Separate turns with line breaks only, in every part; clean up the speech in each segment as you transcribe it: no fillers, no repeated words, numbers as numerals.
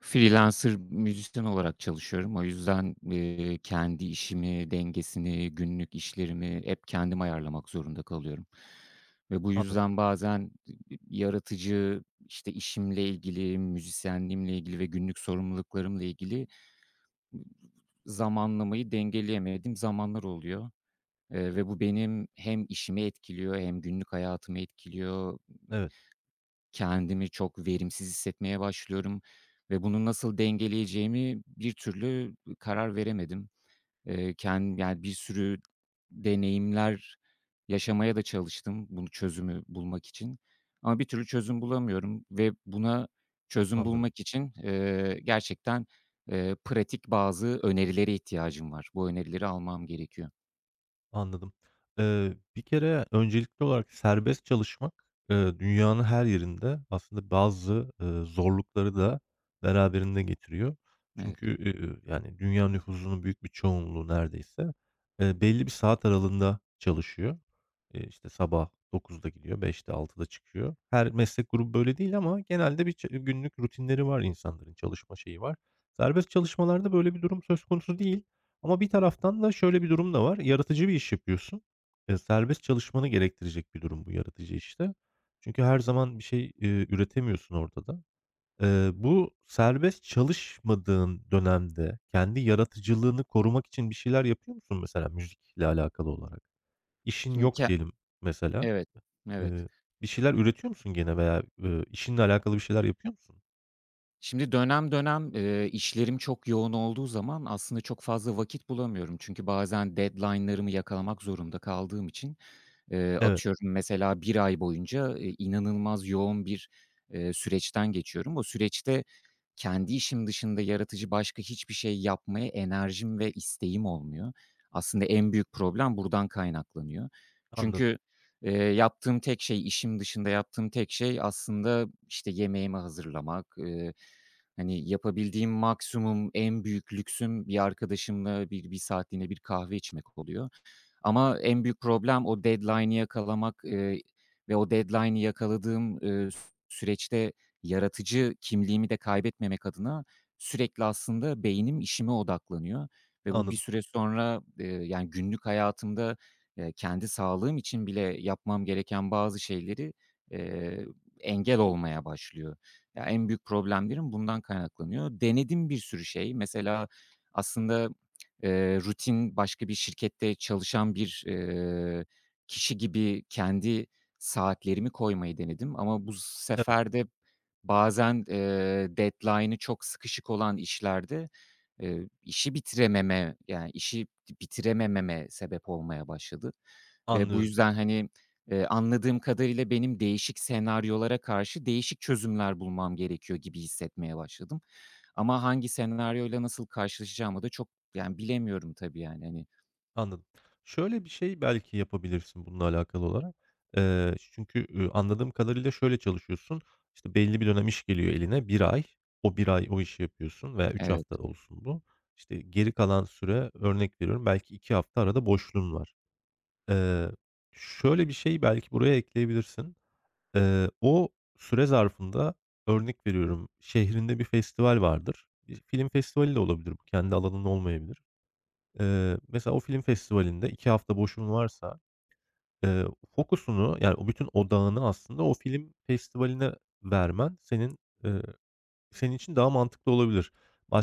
Freelancer müzisyen olarak çalışıyorum. O yüzden, kendi işimi, dengesini, günlük işlerimi hep kendim ayarlamak zorunda kalıyorum ve bu
Anladım.
yüzden bazen yaratıcı, işte, işimle ilgili, müzisyenliğimle ilgili ve günlük sorumluluklarımla ilgili zamanlamayı dengeleyemediğim zamanlar oluyor ve bu benim hem işimi etkiliyor hem günlük hayatımı etkiliyor.
Evet,
Kendimi çok verimsiz hissetmeye başlıyorum ve bunu nasıl dengeleyeceğimi bir türlü karar veremedim. Ken yani, bir sürü deneyimler yaşamaya da çalıştım bunu çözümü bulmak için ama bir türlü çözüm bulamıyorum ve buna çözüm
anladım,
bulmak için, gerçekten, pratik bazı önerilere ihtiyacım var. Bu önerileri almam gerekiyor.
anladım. Bir kere öncelikli olarak serbest çalışmak, dünyanın her yerinde aslında bazı, zorlukları da beraberinde getiriyor.
Evet.
Çünkü, yani dünya nüfusunun büyük bir çoğunluğu neredeyse, belli bir saat aralığında çalışıyor. İşte sabah dokuzda gidiyor, beşte altıda çıkıyor. Her meslek grubu böyle değil ama genelde bir günlük rutinleri var insanların, çalışma şeyi var. Serbest çalışmalarda böyle bir durum söz konusu değil. Ama bir taraftan da şöyle bir durum da var. Yaratıcı bir iş yapıyorsun. Serbest çalışmanı gerektirecek bir durum bu yaratıcı işte. Çünkü her zaman bir şey, üretemiyorsun ortada. Bu serbest çalışmadığın dönemde kendi yaratıcılığını korumak için bir şeyler yapıyor musun mesela müzikle alakalı olarak? İşin
Şimdi
yok
ke
diyelim mesela.
Evet, evet.
Eee, bir şeyler üretiyor musun gene veya, işinle alakalı bir şeyler yapıyor musun?
Şimdi dönem dönem, işlerim çok yoğun olduğu zaman aslında çok fazla vakit bulamıyorum. Çünkü bazen deadline'larımı yakalamak zorunda kaldığım için,
Evet,
atıyorum mesela bir ay boyunca, inanılmaz yoğun bir, süreçten geçiyorum. O süreçte, kendi işim dışında yaratıcı başka hiçbir şey yapmaya enerjim ve isteğim olmuyor. Aslında en büyük problem buradan kaynaklanıyor.
anladım,
Çünkü, yaptığım tek şey, işim dışında yaptığım tek şey aslında, işte, yemeğimi hazırlamak. Hani, yapabildiğim maksimum, en büyük lüksüm bir arkadaşımla bir saatliğine bir kahve içmek oluyor. Ama en büyük problem o deadline'ı yakalamak, ve o deadline'ı yakaladığım süreçte yaratıcı kimliğimi de kaybetmemek adına sürekli aslında beynim işime odaklanıyor ve bu bir
anladım.
süre sonra, yani, günlük hayatımda, kendi sağlığım için bile yapmam gereken bazı şeyleri, eee, engel olmaya başlıyor. Ya, en büyük problemlerim bundan kaynaklanıyor. Denedim bir sürü şey. Mesela aslında, rutin başka bir şirkette çalışan bir, kişi gibi kendi saatlerimi koymayı denedim ama bu
Evet,
sefer de bazen, deadline'ı çok sıkışık olan işlerde, işi bitirememe, yani, işi bitiremememe sebep olmaya başladı ve bu
anlıyorum.
yüzden, hani, anladığım kadarıyla benim değişik senaryolara karşı değişik çözümler bulmam gerekiyor gibi hissetmeye başladım. Ama hangi senaryoyla nasıl karşılaşacağımı da çok, yani, bilemiyorum tabii, yani, hani.
Anladım. Şöyle bir şey belki yapabilirsin bununla alakalı olarak. Çünkü, anladığım kadarıyla şöyle çalışıyorsun. İşte, belli bir dönem iş geliyor eline, bir ay. O bir ay o işi yapıyorsun veya üç
Evet,
hafta olsun bu. İşte, geri kalan süre, örnek veriyorum, belki 2 hafta arada boşluğun var. Eee, şöyle bir şey belki buraya ekleyebilirsin. O süre zarfında, örnek veriyorum, şehrinde bir festival vardır. Bir film festivali de olabilir bu, kendi alanın olmayabilir. Mesela o film festivalinde 2 hafta boşun varsa, eee, fokusunu, yani, o bütün odağını aslında o film festivaline vermen senin için daha mantıklı olabilir.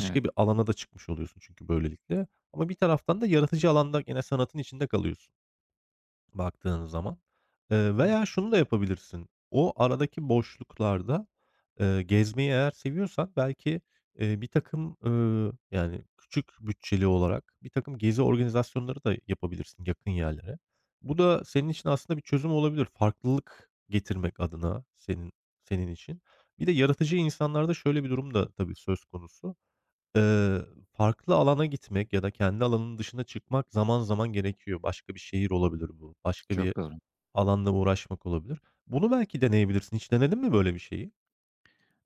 evet,
bir alana da çıkmış oluyorsun çünkü böylelikle ama bir taraftan da yaratıcı alanda gene sanatın içinde kalıyorsun. Baktığın zaman. Eee,
evet.
veya şunu da yapabilirsin. O aradaki boşluklarda, gezmeyi eğer seviyorsan belki, birtakım, yani, küçük bütçeli olarak birtakım gezi organizasyonları da yapabilirsin yakın yerlere. Bu da senin için aslında bir çözüm olabilir. Farklılık getirmek adına senin için. Bir de yaratıcı insanlarda şöyle bir durum da tabii söz konusu. Eee, farklı alana gitmek ya da kendi alanının dışına çıkmak zaman zaman gerekiyor. Başka bir şehir olabilir bu. Başka bir
Çok doğru.
alanla uğraşmak olabilir. Bunu belki deneyebilirsin. Hiç denedin mi böyle bir şeyi?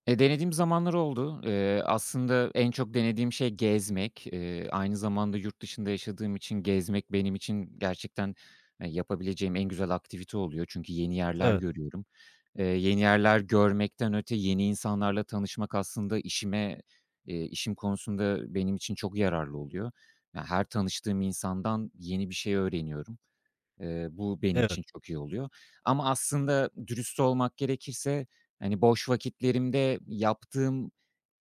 Denediğim zamanlar oldu. Aslında en çok denediğim şey gezmek. Aynı zamanda yurt dışında yaşadığım için gezmek benim için gerçekten, yapabileceğim en güzel aktivite oluyor. Çünkü yeni yerler
Evet,
görüyorum. Yeni yerler görmekten öte yeni insanlarla tanışmak aslında işime, işim konusunda benim için çok yararlı oluyor. Ya, her tanıştığım insandan yeni bir şey öğreniyorum. Bu benim
evet.
için çok iyi oluyor ama aslında dürüst olmak gerekirse, hani, boş vakitlerimde yaptığım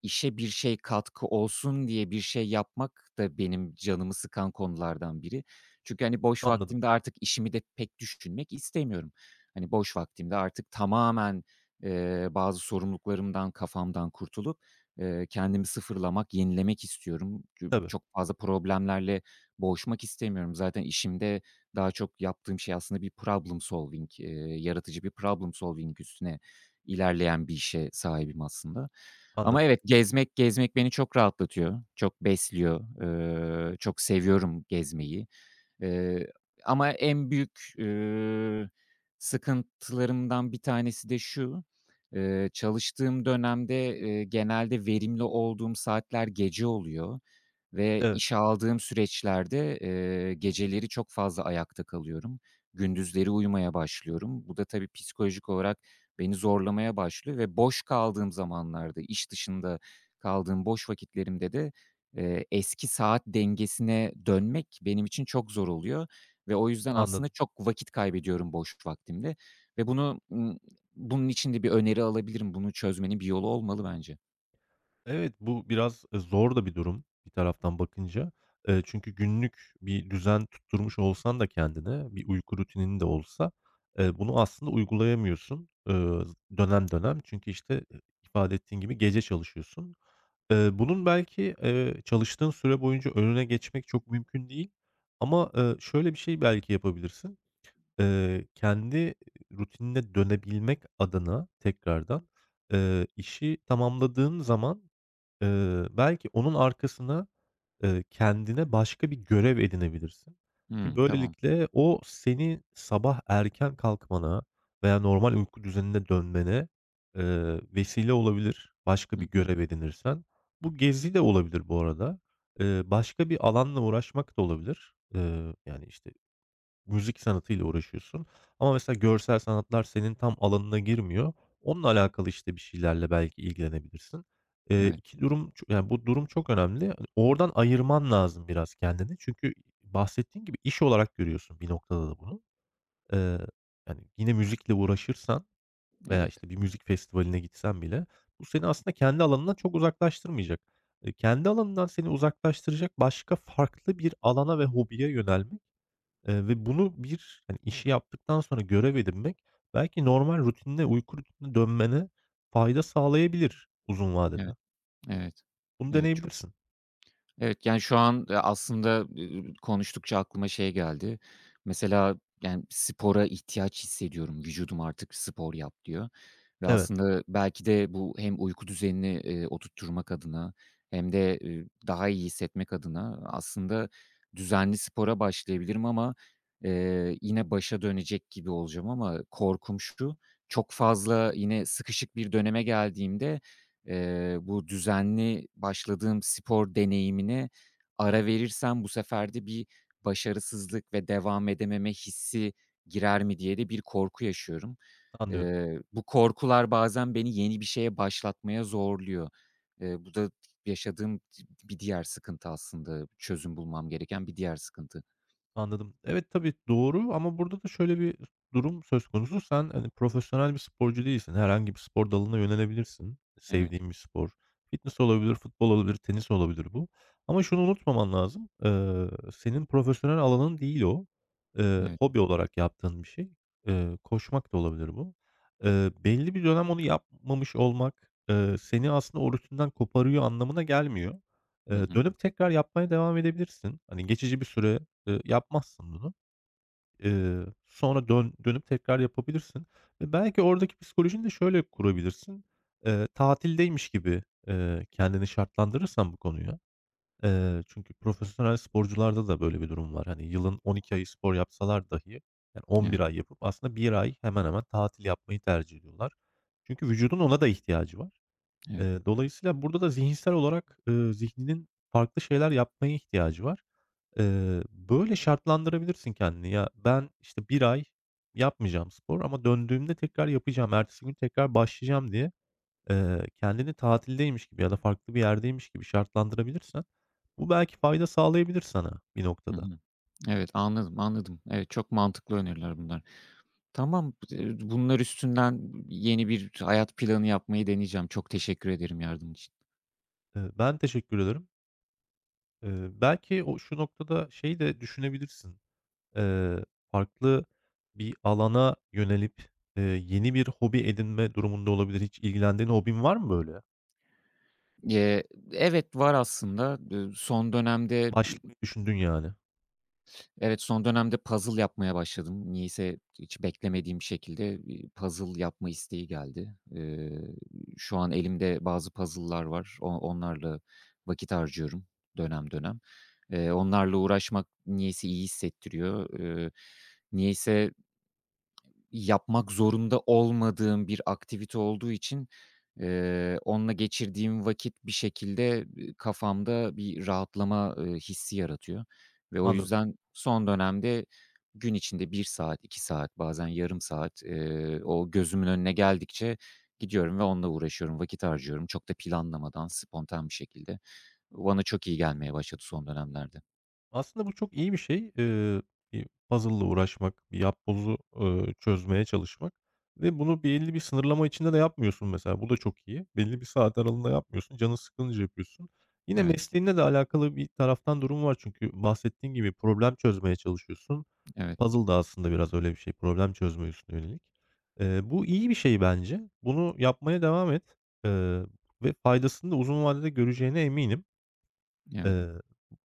işe bir şey katkı olsun diye bir şey yapmak da benim canımı sıkan konulardan biri. Çünkü, hani, boş
Anladım.
vaktimde artık işimi de pek düşünmek istemiyorum. Hani, boş vaktimde artık tamamen, bazı sorumluluklarımdan, kafamdan kurtulup, kendimi sıfırlamak, yenilemek istiyorum. Çünkü
Tabii,
çok fazla problemlerle boğuşmak istemiyorum. Zaten işimde daha çok yaptığım şey aslında bir problem solving, yaratıcı bir problem solving üstüne ilerleyen bir işe sahibim aslında. Ama
anladım.
evet, gezmek gezmek beni çok rahatlatıyor, çok besliyor. Çok seviyorum gezmeyi. Eee, Ama en büyük, sıkıntılarımdan bir tanesi de şu: Çalıştığım dönemde, genelde verimli olduğum saatler gece oluyor ve
Evet,
işe aldığım süreçlerde, geceleri çok fazla ayakta kalıyorum. Gündüzleri uyumaya başlıyorum. Bu da tabii psikolojik olarak beni zorlamaya başlıyor ve boş kaldığım zamanlarda, iş dışında kaldığım boş vakitlerimde de, eski saat dengesine dönmek benim için çok zor oluyor ve o yüzden aslında
anladım.
çok vakit kaybediyorum boş vaktimde ve bunu, bunun için de bir öneri alabilirim. Bunu çözmenin bir yolu olmalı bence.
Evet, bu biraz, zor da bir durum bir taraftan bakınca. Çünkü günlük bir düzen tutturmuş olsan da kendine, bir uyku rutinin de olsa, bunu aslında uygulayamıyorsun, dönem dönem. Çünkü, işte, ifade ettiğin gibi gece çalışıyorsun. Bunun belki, çalıştığın süre boyunca önüne geçmek çok mümkün değil ama, şöyle bir şey belki yapabilirsin. Kendi rutinine dönebilmek adına tekrardan, işi tamamladığın zaman, belki onun arkasına kendine başka bir görev edinebilirsin ki
Hımm, tamam.
böylelikle o seni sabah erken kalkmana veya normal uyku düzenine dönmene, vesile olabilir başka
Hı
bir
hı.
görev edinirsen. Bu gezi de olabilir bu arada. Başka bir alanla uğraşmak da olabilir. Yani, işte, müzik sanatıyla uğraşıyorsun ama mesela görsel sanatlar senin tam alanına girmiyor. Onunla alakalı, işte, bir şeylerle belki ilgilenebilirsin.
Evet,
2 durum yani, bu durum çok önemli. Hani, oradan ayırman lazım biraz kendini. Çünkü bahsettiğin gibi iş olarak görüyorsun bir noktada da bunu. Eee, yani, yine müzikle uğraşırsan veya,
evet,
işte, bir müzik festivaline gitsen bile bu seni aslında kendi alanından çok uzaklaştırmayacak. Kendi alanından seni uzaklaştıracak başka farklı bir alana ve hobiye yönelmek, ve bunu bir, hani, işi yaptıktan sonra görev edinmek belki normal rutinine, uyku rutinine dönmene fayda sağlayabilir uzun
evet,
vadede.
evet.
Bunu
Evet, çok
deneyebilirsin.
Evet, yani, şu an, aslında, konuştukça aklıma şey geldi. Mesela, yani, spora ihtiyaç hissediyorum. Vücudum artık spor yap diyor ve
Evet,
aslında belki de bu hem uyku düzenini, oturtturmak adına hem de, daha iyi hissetmek adına aslında düzenli spora başlayabilirim ama, yine başa dönecek gibi olacağım ama korkum şu, çok fazla yine sıkışık bir döneme geldiğimde bu düzenli başladığım spor deneyimine ara verirsem bu sefer de bir başarısızlık ve devam edememe hissi girer mi diye de bir korku yaşıyorum.
anlıyorum.
Bu korkular bazen beni yeni bir şeye başlatmaya zorluyor. Bu da yaşadığım bir diğer sıkıntı aslında, çözüm bulmam gereken bir diğer sıkıntı.
Anladım. Evet, tabii doğru ama burada da şöyle bir durum söz konusu. Sen, hani, profesyonel bir sporcu değilsin. Herhangi bir spor dalına yönelebilirsin.
Evet,
Sevdiğin bir spor. Fitness olabilir, futbol olabilir, tenis olabilir bu. Ama şunu unutmaman lazım. Senin profesyonel alanın değil o. Eee,
evet.
hobi olarak yaptığın bir şey. Koşmak da olabilir bu. Belli bir dönem onu yapmamış olmak, seni aslında o rutinden koparıyor anlamına gelmiyor.
Hı
Eee,
hı.
dönüp tekrar yapmaya devam edebilirsin. Hani, geçici bir süre yapmazsın bunu. Sonra dönüp tekrar yapabilirsin ve belki oradaki psikolojini de şöyle kurabilirsin. Tatildeymiş gibi, kendini şartlandırırsan bu konuya, çünkü profesyonel sporcularda da böyle bir durum var. Hani yılın 12 ayı spor yapsalar dahi, yani 11
Evet,
ay yapıp aslında bir ay hemen hemen tatil yapmayı tercih ediyorlar. Çünkü vücudun ona da ihtiyacı var.
evet.
Dolayısıyla burada da zihinsel olarak, zihninin farklı şeyler yapmaya ihtiyacı var. Böyle şartlandırabilirsin kendini. Ya, ben, işte, bir ay yapmayacağım spor ama döndüğümde tekrar yapacağım, ertesi gün tekrar başlayacağım diye, kendini tatildeymiş gibi ya da farklı bir yerdeymiş gibi şartlandırabilirsen bu belki fayda sağlayabilir sana bir
Hı
noktada.
hı. Evet, anladım, anladım. Evet, çok mantıklı öneriler bunlar. Tamam, bunlar üstünden yeni bir hayat planı yapmayı deneyeceğim. Çok teşekkür ederim yardım için.
Ben teşekkür ederim. Belki o şu noktada şeyi de düşünebilirsin. Eee, farklı bir alana yönelip, yeni bir hobi edinme durumunda olabilir. Hiç ilgilendiğin hobin var mı böyle?
Eee, evet, var aslında. Son dönemde,
Başlamayı düşündün yani.
evet, son dönemde puzzle yapmaya başladım. Niyeyse hiç beklemediğim şekilde, puzzle yapma isteği geldi. Şu an elimde bazı puzzle'lar var. Onlarla vakit harcıyorum dönem dönem. Onlarla uğraşmak niyeyse iyi hissettiriyor. Niyeyse Yapmak zorunda olmadığım bir aktivite olduğu için, onunla geçirdiğim vakit bir şekilde, kafamda bir rahatlama, hissi yaratıyor ve o
Anladım.
yüzden son dönemde gün içinde bir saat, 2 saat, bazen yarım saat, o gözümün önüne geldikçe gidiyorum ve onunla uğraşıyorum, vakit harcıyorum. Çok da planlamadan, spontan bir şekilde. Bu bana çok iyi gelmeye başladı son dönemlerde.
Aslında bu çok iyi bir şey. Bir puzzle'la uğraşmak, bir yapbozu, çözmeye çalışmak ve bunu belli bir sınırlama içinde de yapmıyorsun mesela. Bu da çok iyi. Belli bir saat aralığında yapmıyorsun. Canın sıkılınca yapıyorsun. Yine
Evet,
mesleğinle de alakalı bir taraftan durum var çünkü bahsettiğin gibi problem çözmeye çalışıyorsun.
evet,
Puzzle da aslında biraz öyle bir şey. Problem çözme üstüne yönelik. Bu iyi bir şey bence. Bunu yapmaya devam et, eee, ve faydasını da uzun vadede göreceğine eminim.
evet.
Eee,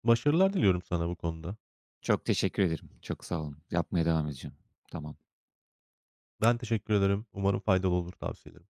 başarılar diliyorum sana bu konuda.
Çok teşekkür ederim. Çok sağ olun. Yapmaya devam edeceğim. Tamam.
Ben teşekkür ederim. Umarım faydalı olur tavsiyelerin.